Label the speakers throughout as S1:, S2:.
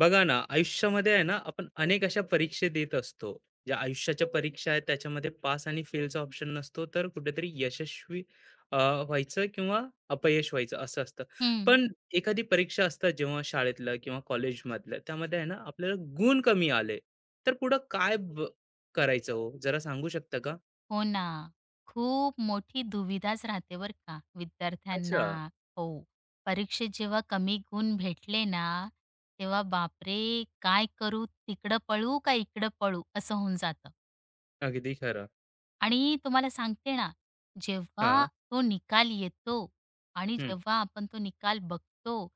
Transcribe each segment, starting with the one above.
S1: बघा ना, आयुष्यामध्ये आहे ना, आपण अनेक अशा परीक्षा देत असतो. ज्या आयुष्याच्या परीक्षा आहेत त्याच्यामध्ये पास आणि फेलचा ऑप्शन नसतो, तर कुठेतरी यशस्वी अ, व्हायचं किंवा अपयश व्हायचं असं असतं.
S2: हं.
S1: पण एखादी परीक्षा असतात जेव्हा शाळेतलं किंवा कॉलेजमधलं त्यामध्ये आहे ना, आपल्याला गुण कमी आले, तर पुढं काय करायचं हो? जरा सांगू शकता का?
S2: हो ना. खूप मोठी दुविधाच राहते बरं का विद्यार्थ्यांना.
S1: अच्छा.
S2: हो. परीक्षेत जेव्हा कमी गुण भेटले ना, तेव्हा बापरे! काय करू? तिकडं पळू का इकडं पळू? असं होऊन जातं.
S1: अगदी खरं.
S2: आणि तुम्हाला सांगते ना, जेव्हा
S1: हां.
S2: तो निकाल येतो आणि
S1: हं,
S2: जेव्हा आपण तो निकाल बघतो,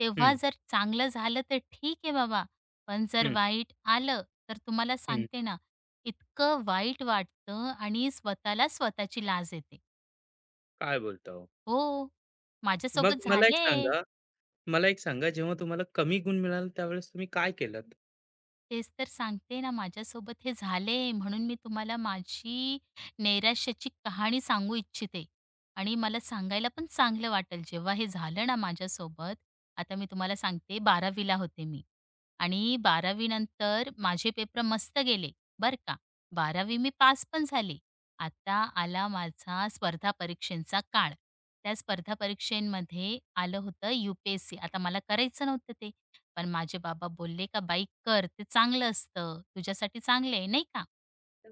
S2: तेव्हा
S1: हं,
S2: जर चांगलं झालं तर ठीक आहे बाबा, पण जर
S1: हं,
S2: वाईट आलं तर तुम्हाला
S1: हं.
S2: सांगते ना, इतकं वाईट वाटतं आणि स्वतःला स्वतःची लाज येते.
S1: काय बोलता हो?
S2: हो,
S1: मग
S2: माझ्यासोबत
S1: मला एक
S2: झाले.
S1: सांगा मला एक सांगा जेव्हा तुम्हाला कमी गुण मिळाले त्यावेळेस तुम्ही काय केलंत?
S2: तेच तर सांगते ना, माझ्यासोबत हे झाले म्हणून मी तुम्हाला माझी नैराश्याची कहाणी सांगू इच्छिते आणि मला सांगायला पण चांगलं वाटेल. जेव्हा हे झालं ना माझ्यासोबत, आता मी तुम्हाला सांगते 12वी होते मी आणि 12वी नंतर माझे पेपर मस्त गेले बरं का. 12वी मी पास पण झाले. आता आला माझा स्पर्धा परीक्षेचा काळ. त्या स्पर्धा परीक्षेमध्ये आलं होतं यू-पी-एस-सी. आता मला करायचं नव्हतं ते. पण माझे बाबा बोलले का "बाई कर, ते चांगलं असतं. तुझ्यासाठी चांगलं आहे, नाही का?"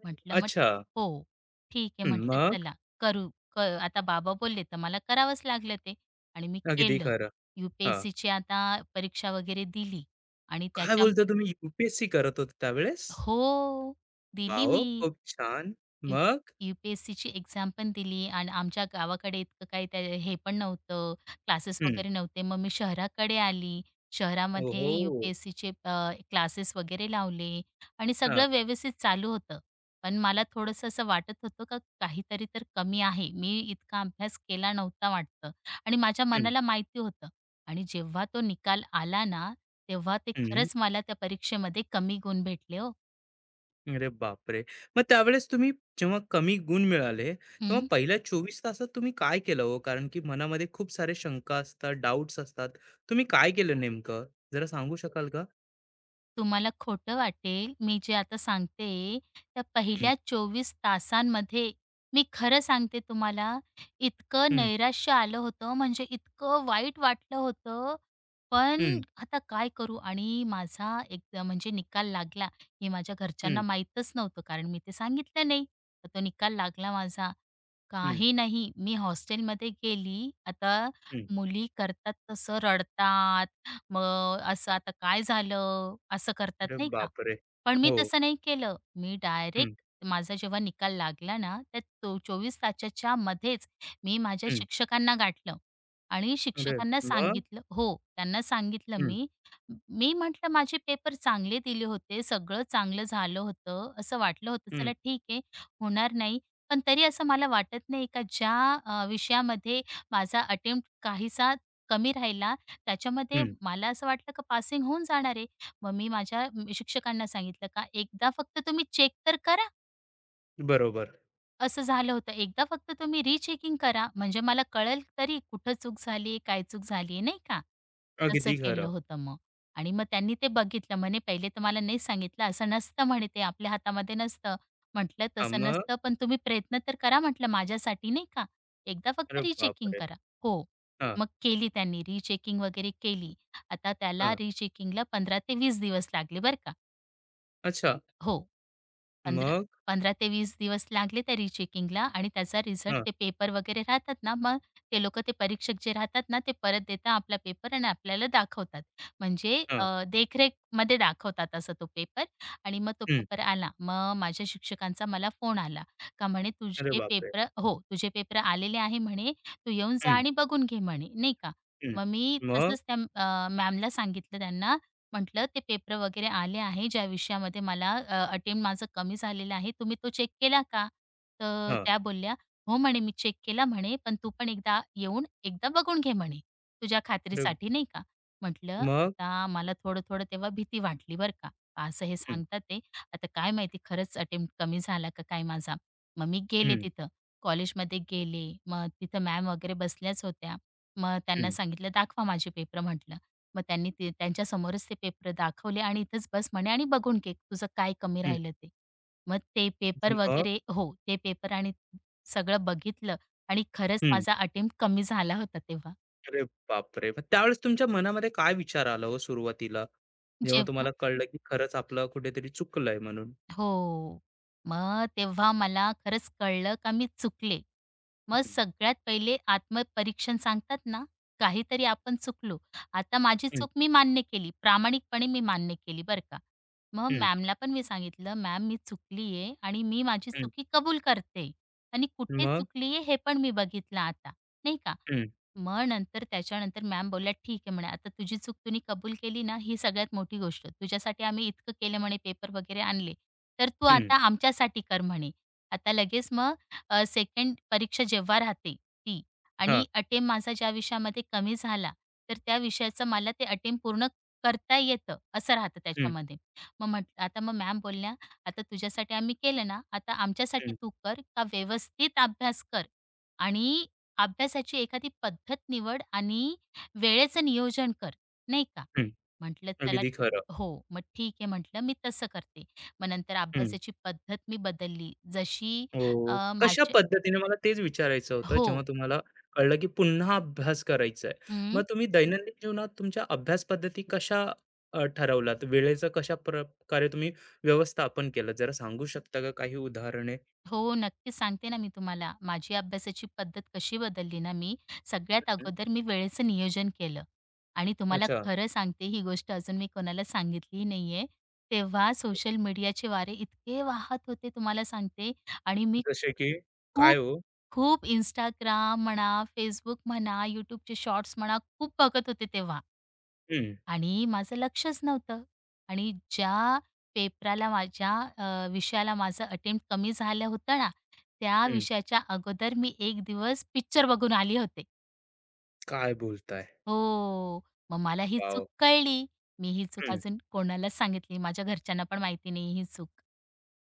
S2: म्हटलं "मग
S1: अच्छा.
S2: हो, ठीक आहे."
S1: हं,
S2: म्हटलं
S1: मग?
S2: "चला करू." आता बाबा बोलले तर मला करावंच लागलं ते आणि मी
S1: अगदी
S2: केलं.
S1: खरं.
S2: यू पी
S1: हां.
S2: एस आता परीक्षा वगैरे दिली आणि
S1: काय
S2: त्याच्या
S1: बोलता तुम्ही यू करत होते त्यावेळेस?
S2: हो, दिली
S1: वॉव!
S2: मी.
S1: खूप छान.
S2: यू
S1: मग?
S2: यू-पी-एस-सीची एक्झाम पण दिली आणि आमच्या गावाकडे इतकं काही त्या हे पण नव्हतं, क्लासेस
S1: हं.
S2: वगैरे नव्हते. मग मी शहराकडे आली. शहरामध्ये
S1: ओहो!
S2: यू-पी-एस-सीचे क्लासेस वगैरे लावले आणि
S1: हां.
S2: सगळं व्यवस्थित चालू होतं. पण मला थोडंसं असं वाटत होतं का काहीतरी तर कमी आहे. मी इतका अभ्यास केला नव्हता वाटतं आणि माझ्या
S1: हं,
S2: मनाला माहिती होतं. आणि जेव्हा तो निकाल आला ना, तेव्हा ते
S1: हं.
S2: खरंच मला त्या परीक्षेमध्ये कमी गुण भेटले हो.
S1: अरे बापरे! मग त्यावेळेस तुम्ही जेव्हा कमी गुण मिळाले, तेव्हा पहिल्या 24 तासात तुम्ही काय केलं हो? कारण की मनामध्ये खूप सारे शंका असतात, डाउट्स असतात. तुम्ही काय केलं नेमकं? जरा सांगू शकाल का?
S2: तुम्हाला खोटं वाटेल, मी जे आता सांगते, त्या
S1: हं,
S2: पहिल्या 24 तासांमध्ये मी खरं सांगते तुम्हाला, इतकं
S1: हं,
S2: नैराश्य आलं होतं, म्हणजे इतकं वाईट वाटलं होतं. पण
S1: हं,
S2: आता काय करू? आणि माझा एकदा म्हणजे निकाल लागला, हे माझ्या
S1: हं,
S2: घरच्यांना माहीतच नव्हतं, कारण मी ते सांगितलं नाही. तर तो निकाल लागला माझा.
S1: हं,
S2: काही नाही, मी हॉस्टेलमध्ये गेली. आता
S1: हं.
S2: मुली करतात तसं रडतात, मग असं आता काय झालं? असं करतात
S1: अरे
S2: नाही का?
S1: बापरे!
S2: पण मी
S1: हो.
S2: तसं नाही केलं. मी
S1: हं,
S2: डायरेक्ट माझा जेव्हा निकाल लागला ना, त्या तो 24 तासाच्या मध्येच मी माझ्या
S1: हं.
S2: शिक्षकांना गाठलं आणि
S1: अरे
S2: शिक्षकांना
S1: मग?
S2: सांगितलं हो, त्यांना सांगितलं
S1: हं,
S2: मी. मी म्हटलं, "माझे पेपर चांगले दिले होते. सगळं चांगलं झालं होतं. असं वाटलं होतं,
S1: हं,
S2: चला ठीक आहे, होणार नाही. पण तरी असं मला वाटत नाही का ज्या विषयामध्ये माझा अटेम्प्ट काहीसा कमी राहिला त्याच्यामध्ये
S1: हं.
S2: मला असं वाटलं का पासिंग होऊन जाणार आहे. मग मी माझ्या शिक्षकांना सांगितलं का एकदा फक्त तुम्ही चेक तर करा.
S1: बरोबर.
S2: असं झालं होतं. एकदा फक्त तुम्ही रिचेकिंग करा, म्हणजे मला कळेल तरी कुठं चूक झाली, काय चूक झाली, नाही का? तसं
S1: अगदी
S2: केलं
S1: खरं.
S2: होतं मग. आणि मग त्यांनी ते बघितलं. म्हणे, "पहिले तर मला नाही सांगितलं. असं नसतं म्हणे ते आपल्या हातामध्ये नसतं." म्हटलं,
S1: हां,
S2: "तसं
S1: मग?
S2: नसतं, पण तुम्ही प्रयत्न तर करा," म्हटलं, "माझ्यासाठी नाही का? एकदा फक्त
S1: अरे
S2: रिचेकिंग
S1: बापरे!
S2: करा." हो,
S1: हां,
S2: मग केली त्यांनी रिचेकिंग वगैरे केली. आता त्याला
S1: हां.
S2: रिचेकिंगला 15 ते 20 दिवस लागले बरं का.
S1: अच्छा.
S2: हो. 15
S1: मग?
S2: 15 ते 20 दिवस लागले तरी चेकिंगला आणि त्याचा रिझल्ट
S1: हां,
S2: ते पेपर वगैरे राहतात ना, मग ते लोकं ते परीक्षक जे राहतात ना, ते परत देतात आपला पेपर आणि आपल्याला दाखवतात. म्हणजे
S1: हां.
S2: देखरेखमध्ये दाखवतात असा तो पेपर आणि मग तो
S1: हं.
S2: पेपर आला. मग माझ्या शिक्षकांचा मला फोन आला का म्हणे,
S1: अरे
S2: "तुझे
S1: बापरे!
S2: पेपर हो, तुझे पेपर आलेले आहे म्हणे, तू येऊन जा
S1: हं,
S2: आणि बघून घे म्हणे." नाही का.
S1: हं.
S2: मग मी
S1: मग?
S2: तसंच त्या मॅमला सांगितलं त्यांना म्हटलं ते पेपर वगैरे आले आहे ज्या विषयामध्ये मला अटेम्प्ट माझं कमी झालेलं आहे. तुम्ही तो चेक केला का? तर
S1: हां.
S2: त्या बोलल्या, "हो," म्हणे, "मी चेक केला," म्हणे, "पण तू पण एकदा येऊन एकदा बघून घे," म्हणे, "तुझ्या
S1: अरे
S2: खात्रीसाठी," नाही का. म्हटलं
S1: मग?
S2: आता मला थोडं-थोडं तेव्हा भीती वाटली बरं का. असं हे
S1: हं,
S2: सांगतात ते. आता काय माहिती खरंच अटेम्प्ट कमी झाला का काय माझा. मग मी गेले
S1: हं,
S2: तिथं. कॉलेजमध्ये गेले. मग तिथं मॅम वगैरे बसल्याच होत्या. मग त्यांना
S1: हं,
S2: सांगितलं, "दाखवा माझे पेपर," म्हटलं. मग त्यांनी ते त्यांच्यासमोरच ते पेपर दाखवले आणि इथंच बस म्हणे आणि बघून घे तुझं काय कमी
S1: हं.
S2: राहिलं ते. मग ते पेपर
S1: मग?
S2: वगैरे हो, ते पेपर आणि सगळं बघितलं आणि खरंच
S1: हं.
S2: माझा अटेम्प्ट कमी झाला होता तेव्हा.
S1: अरे बापरे! मग त्यावेळेस तुमच्या मनामध्ये काय विचार आला हो सुरुवातीला? जेव्हा
S2: जेव्हा
S1: तुम्हाला कळलं, की खरंच आपलं कुठेतरी चुकलंय म्हणून?
S2: हो. मग तेव्हा मला खरंच कळलं का मी चुकले. मग
S1: हं,
S2: सगळ्यात पहिले आत्मपरीक्षण सांगतात ना, काहीतरी आपण चुकलो. आता माझी
S1: हं,
S2: चूक मी मान्य केली, प्रामाणिकपणे मी मान्य केली बरं का. मग
S1: हं,
S2: मॅमला पण मी सांगितलं, "मॅम मी चुकली आहे आणि मी माझी
S1: हं.
S2: चुकी कबूल करते आणि कुठे
S1: मग?
S2: चुकली आहे हे पण मी बघितलं आता." नाही का.
S1: हं,
S2: मग नंतर त्याच्यानंतर मॅम बोलल्या, "ठीक आहे," म्हणे, "आता तुझी चूक तुम्ही कबूल केली ना, ही सगळ्यात मोठी गोष्ट. तुझ्यासाठी आम्ही इतकं केलं म्हणे, पेपर वगैरे आणले, तर तू
S1: हं.
S2: आता आमच्यासाठी कर म्हणे." आता लगेच मग सेकंड परीक्षा जेव्हा राहते ती
S1: हां.
S2: आणि अटेम्प्ट माझा ज्या विषयामध्ये कमी झाला, तर त्या विषयाचं मला ते अटेम पूर्ण करता येतं, असं राहतं
S1: हं,
S2: त्याच्यामध्ये. मग म्हटलं आता मग मॅम बोलल्या, "आता तुझ्यासाठी आम्ही केलं ना, आता आमच्यासाठी
S1: हं,
S2: तू कर का व्यवस्थित अभ्यास कर आणि अभ्यासाची एखादी पद्धत निवड आणि वेळेचं नियोजन कर, नाही का?"
S1: हं.
S2: म्हटलं चला
S1: अगदी खरं.
S2: हो, मग ठीक आहे म्हटलं मी तसं करते. मग नंतर
S1: हं.
S2: अभ्यासाची पद्धत मी बदलली. जशी अ,
S1: हो. कशा
S2: माझी
S1: पद्धतीने मला तेच विचारायचं होतं,
S2: हो.
S1: जेव्हा तुम्हाला कळलं की पुन्हा अभ्यास करायचा आहे. मग
S2: हं.
S1: तुम्ही दैनंदिन जीवनात तुमच्या अभ्यास पद्धती कशा ठरवलात? वेळेचं कशा प्रकारे तुम्ही व्यवस्थापन केलं? जरा सांगू शकता का काही उदाहरणे?
S2: हो, नक्की सांगते ना मी तुम्हाला. माझी अभ्यासाची पद्धत कशी बदलली ना मी,
S1: हं,
S2: सगळ्यात
S1: हं.
S2: अगोदर मी वेळेचं नियोजन केलं आणि तुम्हाला
S1: अच्छा.
S2: खरं सांगते ही गोष्ट अजून मी कोणाला सांगितलीही नाहीये. तेव्हा सोशल मीडियाचे वारे इतके वाहत होते तुम्हाला सांगते आणि मी
S1: जसे की काय
S2: खूप,
S1: हो?
S2: खूप Instagram म्हणा, Facebook म्हणा, YouTubeचे शॉर्ट्स म्हणा, खूप बघत होते तेव्हा.
S1: हं,
S2: आणि माझं लक्षच नव्हतं आणि ज्या पेपराला माझ्या विषयाला माझं अटेम्प्ट कमी झालं होतं ना, त्या
S1: हं.
S2: विषयाच्या अगोदर मी एक दिवस पिक्चर बघून आले होते.
S1: काय बोलताय?
S2: हो. मग मला ही चूक
S1: वॉव!
S2: कळली. मी ही चूक
S1: हं.
S2: अजून कोणालाच सांगितली. माझ्या घरच्यांना पण माहिती नाही ही चूक.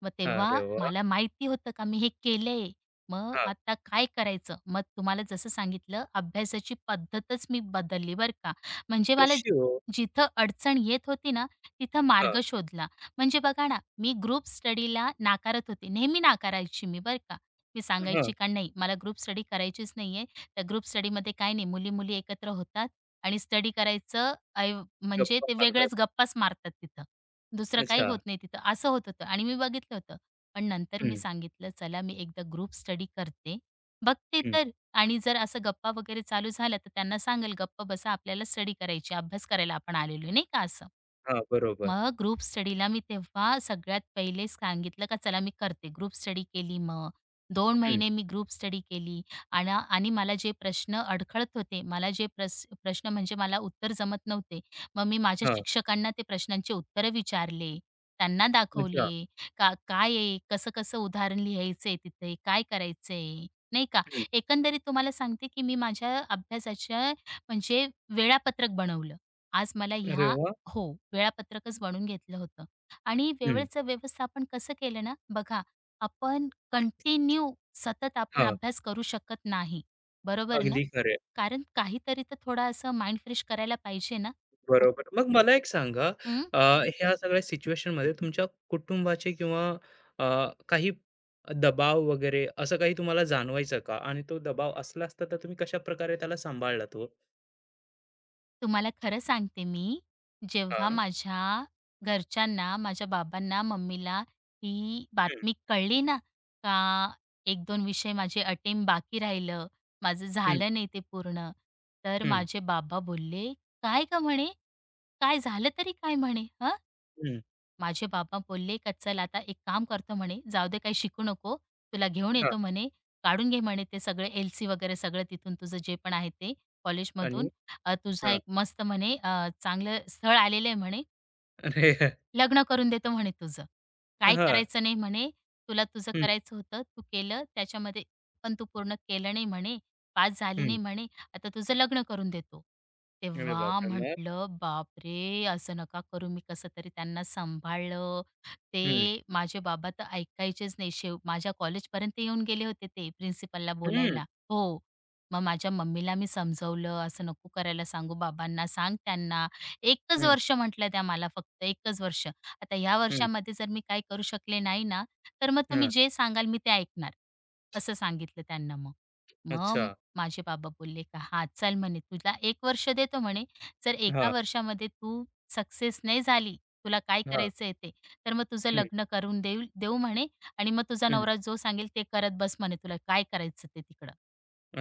S2: मग तेव्हा
S1: अरे वाह!
S2: मला माहिती होतं का मी हे केलंय. मग
S1: हां.
S2: आता काय करायचं? मग तुम्हाला जसं सांगितलं अभ्यासाची पद्धतच मी बदलली बरं का. म्हणजे मला
S1: कशी हो?
S2: जिथं अडचण येत होती ना, तिथं
S1: हां,
S2: मार्ग शोधला. म्हणजे बघा ना, मी ग्रुप स्टडीला नाकारत होते. नेहमी नाकारायची मी बरं का. मी
S1: हां.
S2: सांगायची का नाही मला ग्रुप स्टडी करायचीच नाहीये. तर ग्रुप स्टडीमध्ये काय नाही मुली-मुली एकत्र होतात आणि स्टडी करायचं ऐव म्हणजे
S1: गप्पा
S2: ते
S1: मारतात.
S2: वेगळ्याच गप्पाच मारतात तिथं. दुसरं काही
S1: अच्छा.
S2: होत नाही तिथं, असं होत होतं आणि मी बघितलं होतं. पण नंतर मी
S1: हं,
S2: सांगितलं, "चला मी एकदा ग्रुप स्टडी करते, बघते
S1: हं.
S2: तर आणि जर असं गप्पा वगैरे चालू झाल्या तर त्यांना सांगेल, गप्प बसा आपल्याला स्टडी करायची, अभ्यास करायला आपण आलेलो नाही का असं.
S1: हां, बरोबर.
S2: मग ग्रुप स्टडीला मी तेव्हा सगळ्यात पहिले सांगितलं का चला मी करते. ग्रुप स्टडी केली मग. 2
S1: हं.
S2: महिने मी ग्रुप स्टडी केली आणि आणि मला जे प्रश्न अडखळत होते, मला जे प्रश्न म्हणजे मला उत्तर जमत नव्हते, मग मी माझ्या
S1: हां.
S2: शिक्षकांना ते प्रश्नांची उत्तरं विचारले. त्यांना
S1: अच्छा.
S2: दाखवले. का काय आहे? कसं-कसं उदाहरण लिहायचंय तिथे? काय करायचंय? नाही का?
S1: हं.
S2: एकंदरीत तुम्हाला सांगते की मी माझ्या अभ्यासाच्या म्हणजे वेळापत्रक बनवलं. आज मला
S1: अरे
S2: ह्या
S1: वाह!
S2: हो, वेळापत्रकच बनवून घेतलं होतं आणि
S1: हं.
S2: वेळेचं व्यवस्थापन कसं केलं ना, बघा आपण कंटिन्यू सतत आपण
S1: हां.
S2: अभ्यास करू शकत नाही, बरोबर ना?
S1: अगदी खरं
S2: कारण काहीतरी तर थोडा असं माइंड फ्रेश करायला पाहिजे ना?
S1: बरोबर. मग मला एक सांगा,
S2: हं.
S1: अ, ह्या सगळ्या सिच्युएशनमध्ये तुमच्या कुटुंबाचे किंवा अ, काही दबाव वगैरे असं काही तुम्हाला जाणवायचं का? आणि तो दबाव असला असता तर तुम्ही कशा प्रकारे त्याला सांभाळला तो?
S2: तुम्हाला खरं सांगते मी, जेव्हा
S1: हां.
S2: माझ्या घरच्यांना, माझ्या बाबांना, मम्मीला ही
S1: हं,
S2: बातमी कळली ना, का एक दोन विषय माझे अटेम बाकी राहिलं, माझं
S1: हं,
S2: झालं नाही ते पूर्ण. तर
S1: हं,
S2: माझे बाबा बोलले, "काय का म्हणे, "काय झालं तरी काय?" म्हणे, "हं?"
S1: हं.
S2: माझे बाबा बोलले का चल आता एक काम करतो म्हणे जाऊ दे काही शिकू नको तुला घेऊन
S1: हां.
S2: येतो म्हणे काढून घे म्हणे ते सगळे एल सी वगैरे सगळं तिथून तुझं जे पण आहे ते
S1: आणि
S2: कॉलेजमधून तुझा
S1: हां.
S2: एक मस्त म्हणे चांगलं स्थळ आलेलं आहे म्हणे
S1: अरे
S2: लग्न करून देतो म्हणे तुझं. काय
S1: हां.
S2: करायचं नाही म्हणे. तुला तुझं
S1: हं,
S2: करायचं होतं, तू केलं. त्याच्यामध्ये पण तू पूर्ण केलं नाही म्हणे, पास झाली
S1: हं.
S2: नाही म्हणे. आता तुझं लग्न करून देतो.
S1: अरे
S2: तेव्हा
S1: बापरे! मग?
S2: म्हटलं, "बापरे! असं नका करू." मी कसं तरी त्यांना सांभाळलं.
S1: हं.
S2: ते माझे बाबा तर ऐकायचेच नाही. माझ्या कॉलेजपर्यंत येऊन गेले होते ते प्रिन्सिपलला
S1: हं,
S2: बोलायला. हो. मग माझ्या मम्मीला मी समजवलं, "असं नको करायला सांगू बाबांना. सांग त्यांना एकच
S1: हं,
S2: वर्ष म्हटल्या त्या मला फक्त, एकच वर्ष. आता ह्या
S1: हं.
S2: वर्षामध्ये जर मी काही करू शकले नाही ना, तर मग तुम्ही
S1: हां.
S2: जे सांगाल मी ते ऐकणार, असं सांगितलं त्यांना मग.
S1: अच्छा.
S2: मग माझे बाबा बोलले का "हां, चल," म्हणे, "तुला 1 वर्ष देतो," म्हणे, "जर एका
S1: हां,
S2: वर्षामध्ये तू सक्सेस नाही झाली, तुला काय
S1: हां.
S2: करायचंय ते, तर मग तुझं लग्न करून देऊ देऊ," म्हणे, "आणि मग तुझा
S1: हं,
S2: नवरा जो सांगेल ते करत बस," म्हणे, "तुला काय करायचं ते तिकडं."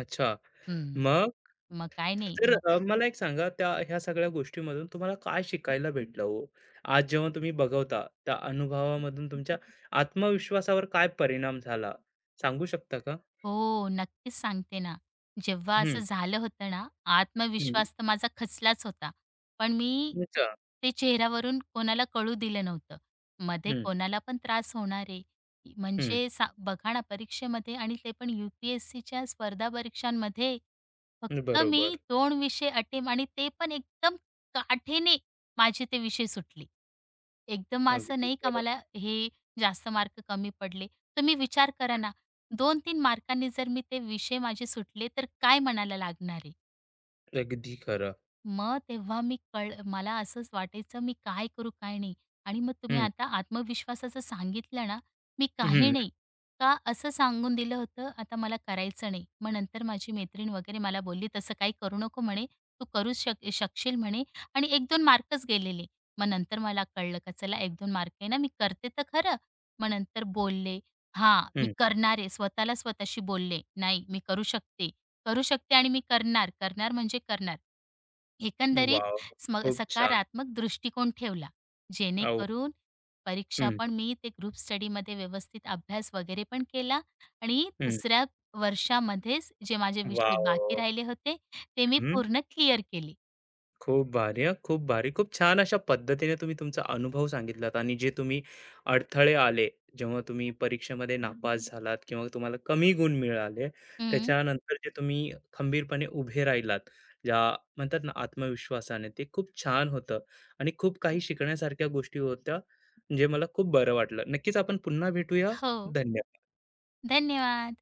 S1: अच्छा.
S2: हं,
S1: मग
S2: मग काय नाही.
S1: मला एक सांगा त्या ह्या सगळ्या गोष्टीमधून तुम्हाला काय शिकायला भेटलं हो? आज जेव्हा तुम्ही बघवता त्या अनुभवामधून तुमच्या आत्मविश्वासावर काय परिणाम झाला? सांगू शकता का?
S2: हो, नक्कीच सांगते ना. जेव्हा
S1: हं,
S2: असं झालं होतं ना,
S1: हं.
S2: आत्मविश्वास तर माझा खचलाच होता. पण मी
S1: अच्छा.
S2: ते चेहऱ्यावरून कोणाला कळू दिलं नव्हतं. मध्ये
S1: हं,
S2: कोणाला पण त्रास होणार आहे.
S1: हं.
S2: म्हणजे बघा ना परीक्षेमध्ये आणि ते पण यू-पी-एस-सीच्या स्पर्धा परीक्षांमध्ये फक्त मी
S1: बरोबर.
S2: 2 विषय अटेम्प्ट आणि ते पण एकदम काठीने माझे ते विषय सुटले. एकदम असं
S1: अगदी
S2: नाही का
S1: खरं.
S2: मला हे जास्त मार्क कमी पडले. तुम्ही विचार करा ना दोन तीन मार्कांनी जर मी ते विषय माझे सुटले, तर काय मनाला लागणार आहे?
S1: अगदी खरं.
S2: मग तेव्हा मी मला असंच वाटायचं मी काय करू काय नाही आणि मग तुम्ही
S1: हं,
S2: आता आत्मविश्वासाचं सांगितलं ना, मी काही
S1: हं,
S2: नाही का असं सांगून दिलं होतं, आता मला करायचं नाही. मग नंतर माझी मैत्रीण वगैरे मला बोलली, "तसं काही करू नको," म्हणे, "तू करू शकशील," म्हणे आणि 1-2 मार्कच गेलेले. मग नंतर मला कळलं का चला 1-2 मार्क आहे ना, मी करते तर खरं. मग नंतर बोलले, "हां, मी
S1: हं.
S2: करणार आहे." स्वतःला स्वतःशी बोलले, "नाही, मी करू शकते." करू शकते आणि मी करणार, करणार म्हणजे करणार. एकंदरीत
S1: वॉव! खूप छान.
S2: सकारात्मक दृष्टिकोन ठेवला,
S1: अहो.
S2: जेणेकरून परीक्षा
S1: हं,
S2: पण मी ते ग्रुप स्टडीमध्ये व्यवस्थित अभ्यास वगैरे पण केला आणि
S1: हं.
S2: दुसऱ्या वर्षामध्येच जे माझे विषय बाकी
S1: वॉव!
S2: राहिले होते, ते मी पूर्ण क्लिअर केले.
S1: खूप भारी हां, खूप भारी. खूप छान अशा पद्धतीने तुम्ही तुमचा अनुभव सांगितलात आणि जे तुम्ही अडथळे आले, जेव्हा तुम्ही परीक्षेमध्ये नापास झालात किंवा तुम्हाला कमी गुण मिळाले,
S2: हं.
S1: त्याच्यानंतर जे तुम्ही खंबीरपणे उभे राहिलात, ज्या म्हणतात ना आत्मविश्वासाने, ते खूप छान होतं आणि खूप काही शिकण्यासारख्या गोष्टी होत्या, जे मला खूप बरं वाटलं. नक्कीच आपण पुन्हा भेटूया.
S2: हो.
S1: धन्यवाद.
S2: धन्यवाद.